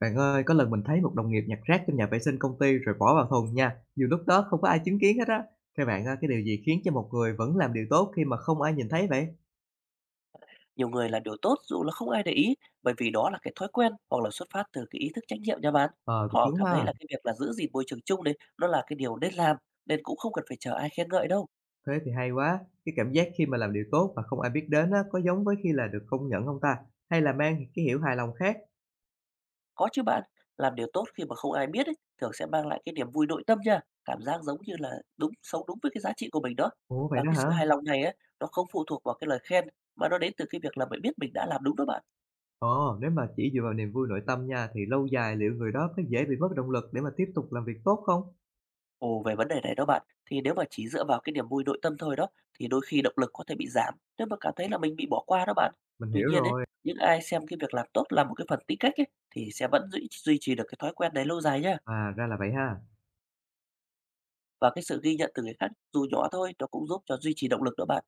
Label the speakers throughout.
Speaker 1: Bạn ơi, có lần mình thấy một đồng nghiệp nhặt rác trong nhà vệ sinh công ty rồi bỏ vào thùng nha. Dù lúc đó không có ai chứng kiến hết á. Theo bạn, á, cái điều gì khiến cho một người vẫn làm điều tốt khi mà không ai nhìn thấy vậy?
Speaker 2: Nhiều người làm điều tốt dù là không ai để ý, bởi vì đó là cái thói quen hoặc là xuất phát từ cái ý thức trách nhiệm nha bạn.
Speaker 1: Ờ, cũng
Speaker 2: Họ
Speaker 1: đúng
Speaker 2: cảm
Speaker 1: ha.
Speaker 2: thấy là cái việc là giữ gìn môi trường chung đấy, nó là cái điều nên làm, nên cũng không cần phải chờ ai khen ngợi đâu.
Speaker 1: Thế thì hay quá. Cái cảm giác khi mà làm điều tốt mà không ai biết đến á, có giống với khi là được công nhận không ta? Hay là mang cái hiểu hài lòng khác?
Speaker 2: Có chứ bạn, làm điều tốt khi mà không ai biết ấy, thường sẽ mang lại cái niềm vui nội tâm nha, cảm giác giống như là đúng sống đúng với cái giá trị của mình đó.
Speaker 1: Ủa vậy
Speaker 2: Và
Speaker 1: đó
Speaker 2: cái
Speaker 1: hả?
Speaker 2: sự hài lòng này ấy, nó không phụ thuộc vào cái lời khen mà nó đến từ cái việc là mình biết mình đã làm đúng đó bạn.
Speaker 1: Ồ, nếu mà chỉ dựa vào niềm vui nội tâm nha, thì lâu dài liệu người đó có dễ bị mất động lực để mà tiếp tục làm việc tốt không?
Speaker 2: Ồ, về vấn đề này đó bạn, thì nếu mà chỉ dựa vào cái niềm vui nội tâm thôi đó, thì đôi khi động lực có thể bị giảm nếu mà cảm thấy là mình bị bỏ qua đó bạn.
Speaker 1: Mình
Speaker 2: Tuy
Speaker 1: hiểu
Speaker 2: nhiên ấy,
Speaker 1: rồi.
Speaker 2: những ai xem cái việc làm tốt là một cái phần tính cách ấy, thì sẽ vẫn duy trì được cái thói quen này lâu dài nhá.
Speaker 1: À, ra là vậy ha.
Speaker 2: Và cái sự ghi nhận từ người khác dù nhỏ thôi, nó cũng giúp cho duy trì động lực đó bạn.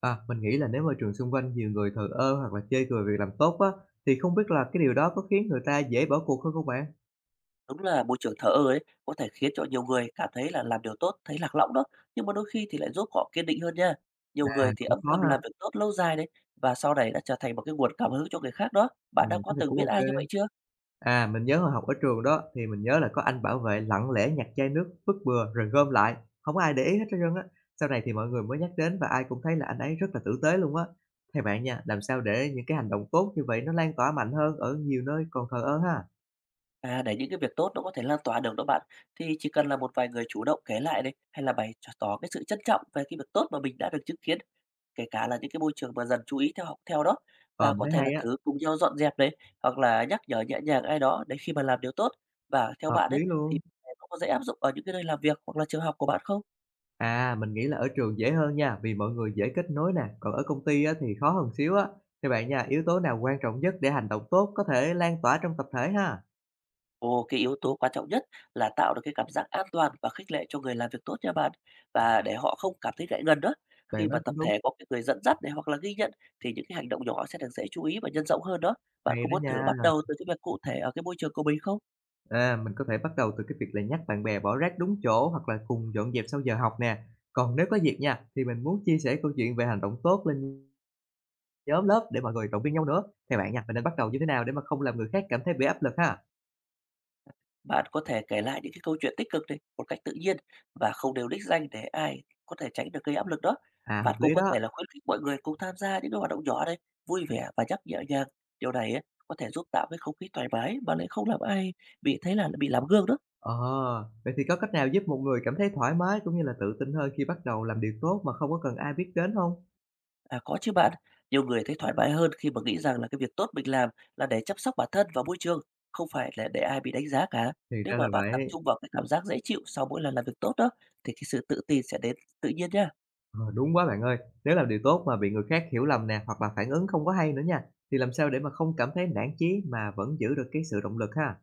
Speaker 1: À, mình nghĩ là nếu môi trường xung quanh nhiều người thờ ơ hoặc là chê cười việc làm tốt á, thì không biết là cái điều đó có khiến người ta dễ bỏ cuộc hơn không bạn?
Speaker 2: Đúng là môi trường thờ ơ ấy có thể khiến cho nhiều người cảm thấy là làm điều tốt thấy lạc lõng đó, nhưng mà đôi khi thì lại giúp họ kiên định hơn nha. Nhiều
Speaker 1: À,
Speaker 2: người thì
Speaker 1: cũng
Speaker 2: âm
Speaker 1: khó
Speaker 2: thầm
Speaker 1: ha.
Speaker 2: làm việc tốt lâu dài đấy, và sau này đã trở thành một cái nguồn cảm hứng cho người khác đó. Bạn đã có
Speaker 1: Thế thì
Speaker 2: từng
Speaker 1: cũng
Speaker 2: biết
Speaker 1: ok.
Speaker 2: ai như vậy chưa?
Speaker 1: À, mình nhớ hồi học ở trường đó, thì mình nhớ là có anh bảo vệ lặng lẽ nhặt chai nước vứt bừa rồi gom lại, không có ai để ý hết trơn á. Sau này thì mọi người mới nhắc đến và ai cũng thấy là anh ấy rất là tử tế luôn á. Theo bạn nha, làm sao để những cái hành động tốt như vậy nó lan tỏa mạnh hơn ở nhiều nơi còn thờ ơ ha?
Speaker 2: À, để những cái việc tốt nó có thể lan tỏa được đó bạn, thì chỉ cần là một vài người chủ động kể lại đấy, hay là bày tỏ tỏ cái sự trân trọng về cái việc tốt mà mình đã được chứng kiến, kể cả là những cái môi trường mà dần chú ý theo học theo đó.
Speaker 1: Ờ,
Speaker 2: Và
Speaker 1: mình
Speaker 2: có
Speaker 1: thấy
Speaker 2: thể là
Speaker 1: hay á,
Speaker 2: thử cùng nhau dọn dẹp đấy, hoặc là nhắc nhở nhẹ nhàng ai đó để khi mà làm điều tốt. Và theo
Speaker 1: hợp
Speaker 2: bạn ấy,
Speaker 1: lý
Speaker 2: thì
Speaker 1: luôn.
Speaker 2: nó có dễ áp dụng ở những cái nơi làm việc hoặc là trường học của bạn không?
Speaker 1: À, mình nghĩ là ở trường dễ hơn nha, vì mọi người dễ kết nối nè, còn ở công ty á, thì khó hơn xíu á. Theo bạn nha, yếu tố nào quan trọng nhất để hành động tốt có thể lan tỏa trong tập thể ha?
Speaker 2: Ồ, cái yếu tố quan trọng nhất là tạo được cái cảm giác an toàn và khích lệ cho người làm việc tốt nha bạn. Và để họ không cảm thấy ngại ngần đó.
Speaker 1: Bạn
Speaker 2: Khi
Speaker 1: nói
Speaker 2: mà tập
Speaker 1: cũng đúng,
Speaker 2: thể có cái người dẫn dắt này hoặc là ghi nhận, thì những cái hành động nhỏ sẽ được dễ chú ý và nhân rộng hơn đó. Bạn
Speaker 1: hay
Speaker 2: có
Speaker 1: đó
Speaker 2: muốn thử
Speaker 1: nha.
Speaker 2: bắt đầu từ cái việc cụ thể ở cái môi trường của mình không?
Speaker 1: À, mình có thể bắt đầu từ cái việc là nhắc bạn bè bỏ rác đúng chỗ hoặc là cùng dọn dẹp sau giờ học nè. Còn nếu có việc nha, thì mình muốn chia sẻ câu chuyện về hành động tốt lên nhóm lớp để mọi người động viên nhau nữa. Theo bạn nha, mình nên bắt đầu như thế nào để mà không làm người khác cảm thấy bị áp lực ha?
Speaker 2: Bạn có thể kể lại những cái câu chuyện tích cực này một cách tự nhiên và không đều đích danh, để ai có thể tránh được gây áp lực đó.
Speaker 1: À, hợp
Speaker 2: Bạn cũng
Speaker 1: lý
Speaker 2: có
Speaker 1: đó.
Speaker 2: thể là khuyến khích mọi người cùng tham gia những cái hoạt động nhỏ này, vui vẻ và nhắc nhẹ nhàng. Điều này ấy, có thể giúp tạo cái không khí thoải mái mà lại không làm ai bị thấy là bị làm gương đó.
Speaker 1: Ờ, vậy thì có cách nào giúp một người cảm thấy thoải mái cũng như là tự tin hơn khi bắt đầu làm điều tốt mà không có cần ai biết đến không?
Speaker 2: À, có chứ bạn, nhiều người thấy thoải mái hơn khi mà nghĩ rằng là cái việc tốt mình làm là để chăm sóc bản thân và môi trường, không phải là để ai bị đánh giá cả.
Speaker 1: Thì
Speaker 2: Nếu
Speaker 1: ra là
Speaker 2: mà bạn tập
Speaker 1: vậy.
Speaker 2: trung vào cái cảm giác dễ chịu sau mỗi lần làm việc tốt đó, thì cái sự tự tin sẽ đến tự nhiên nhá.
Speaker 1: Ờ, đúng quá bạn ơi. Nếu làm điều tốt mà bị người khác hiểu lầm nè, hoặc là phản ứng không có hay nữa nha, thì làm sao để mà không cảm thấy nản chí mà vẫn giữ được cái sự động lực ha?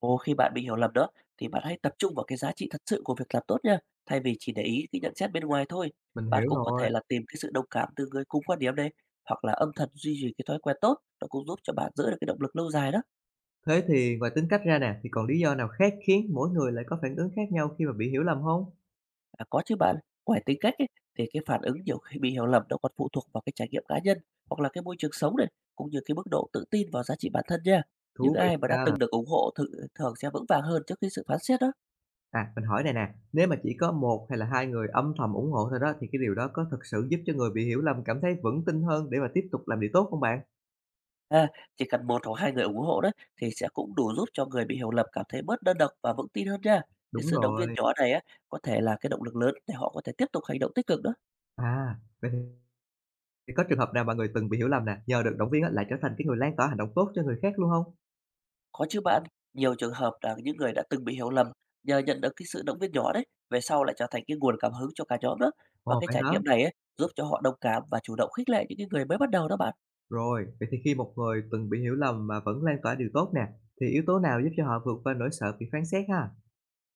Speaker 2: Ồ, khi bạn bị hiểu lầm đó, thì bạn hãy tập trung vào cái giá trị thật sự của việc làm tốt nha, thay vì chỉ để ý cái nhận xét bên ngoài thôi.
Speaker 1: Mình
Speaker 2: Bạn
Speaker 1: hiểu
Speaker 2: cũng có
Speaker 1: rồi.
Speaker 2: thể là tìm cái sự đồng cảm từ người cùng quan điểm này, hoặc là âm thầm duy trì cái thói quen tốt, nó cũng giúp cho bạn giữ được cái động lực lâu dài đó.
Speaker 1: Thế thì ngoài tính cách ra nè, thì còn lý do nào khác khiến mỗi người lại có phản ứng khác nhau khi mà bị hiểu lầm không?
Speaker 2: À, có chứ bạn, ngoài tính cách ấy, thì cái phản ứng nhiều khi bị hiểu lầm nó còn phụ thuộc vào cái trải nghiệm cá nhân hoặc là cái môi trường sống này, cũng như cái mức độ tự tin vào giá trị bản thân nha. Những
Speaker 1: Thú vị
Speaker 2: ai
Speaker 1: thiệt
Speaker 2: mà đã
Speaker 1: ha.
Speaker 2: từng được ủng hộ thử, thường sẽ vững vàng hơn trước cái sự phán xét đó.
Speaker 1: À, mình hỏi này nè, nếu mà chỉ có một hay là hai người âm thầm ủng hộ thôi đó thì cái điều đó có thực sự giúp cho người bị hiểu lầm cảm thấy vững tin hơn để mà tiếp tục làm điều tốt không bạn?
Speaker 2: À, chỉ cần một hoặc 2 người ủng hộ đó, thì sẽ cũng đủ giúp cho người bị hiểu lầm cảm thấy bớt đơn độc và vững tin hơn nha. Cái
Speaker 1: Đúng
Speaker 2: sự động viên
Speaker 1: rồi.
Speaker 2: nhỏ này á, có thể là cái động lực lớn để họ có thể tiếp tục hành động tích cực đó.
Speaker 1: À, vậy thì có trường hợp nào mà người từng bị hiểu lầm nè, nhờ được động viên á, lại trở thành cái người lan tỏa hành động tốt cho người khác luôn không?
Speaker 2: Có chứ bạn, nhiều trường hợp là những người đã từng bị hiểu lầm, nhờ nhận được cái sự động viên nhỏ đấy, về sau lại trở thành cái nguồn cảm hứng cho cả nhóm đó. Và
Speaker 1: Ồ,
Speaker 2: cái
Speaker 1: vậy
Speaker 2: trải
Speaker 1: hả?
Speaker 2: nghiệm này ấy, giúp cho họ đồng cảm và chủ động khích lệ những cái người mới bắt đầu đó bạn.
Speaker 1: Rồi, vậy thì khi một người từng bị hiểu lầm mà vẫn lan tỏa điều tốt nè, thì yếu tố nào giúp cho họ vượt qua nỗi sợ bị phán xét ha?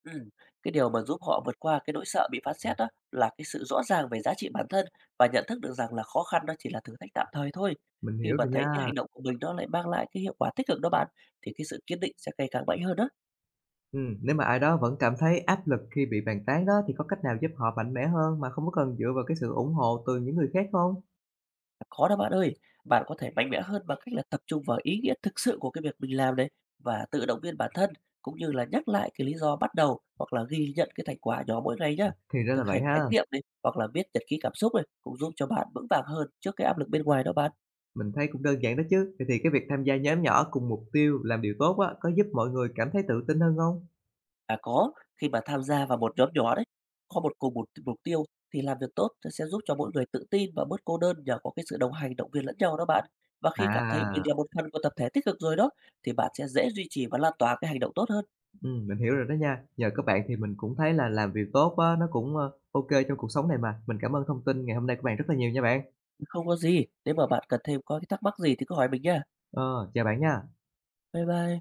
Speaker 2: Ừm, cái điều mà giúp họ vượt qua cái nỗi sợ bị phán xét đó là cái sự rõ ràng về giá trị bản thân và nhận thức được rằng là khó khăn đó chỉ là thử thách tạm thời thôi.
Speaker 1: Mình
Speaker 2: Khi
Speaker 1: hiểu
Speaker 2: mà
Speaker 1: rồi
Speaker 2: thấy cái
Speaker 1: nha.
Speaker 2: hành động của mình nó lại mang lại cái hiệu quả tích cực đó bạn, thì cái sự kiên định sẽ ngày càng mạnh hơn đó.
Speaker 1: Nếu mà ai đó vẫn cảm thấy áp lực khi bị bàn tán đó, thì có cách nào giúp họ mạnh mẽ hơn mà không có cần dựa vào cái sự ủng hộ từ những người khác không?
Speaker 2: Có đó bạn ơi, bạn có thể mạnh mẽ hơn bằng cách là tập trung vào ý nghĩa thực sự của cái việc mình làm đấy, và tự động viên bản thân, cũng như là nhắc lại cái lý do bắt đầu hoặc là ghi nhận cái thành quả nhỏ mỗi ngày nhá.
Speaker 1: Thì ra là
Speaker 2: Thực
Speaker 1: vậy
Speaker 2: hành chánh
Speaker 1: ha,
Speaker 2: niệm này hoặc là viết nhật ký cảm xúc này cũng giúp cho bạn vững vàng hơn trước cái áp lực bên ngoài đó bạn.
Speaker 1: mình thấy cũng đơn giản đó chứ. Vậy thì cái việc tham gia nhóm nhỏ cùng mục tiêu làm điều tốt á, có giúp mọi người cảm thấy tự tin hơn không?
Speaker 2: À, có, khi mà tham gia vào một nhóm nhỏ đấy, có một cùng một mục tiêu, thì làm việc tốt sẽ giúp cho mỗi người tự tin và bớt cô đơn nhờ có cái sự đồng hành, động viên lẫn nhau đó bạn. Và khi cảm thấy mình
Speaker 1: À,
Speaker 2: là một phần của tập thể tích cực rồi đó, thì bạn sẽ dễ duy trì và lan tỏa cái hành động tốt hơn.
Speaker 1: mình hiểu rồi đó nha. Nhờ các bạn thì mình cũng thấy là làm việc tốt á, nó cũng, ô trong cuộc sống này mà. Mình cảm ơn thông tin ngày hôm nay của bạn rất là nhiều nha bạn.
Speaker 2: Không có gì, nếu mà bạn cần thêm có cái thắc mắc gì thì cứ hỏi mình nha.
Speaker 1: Ờ, chào bạn nha.
Speaker 2: Bye bye.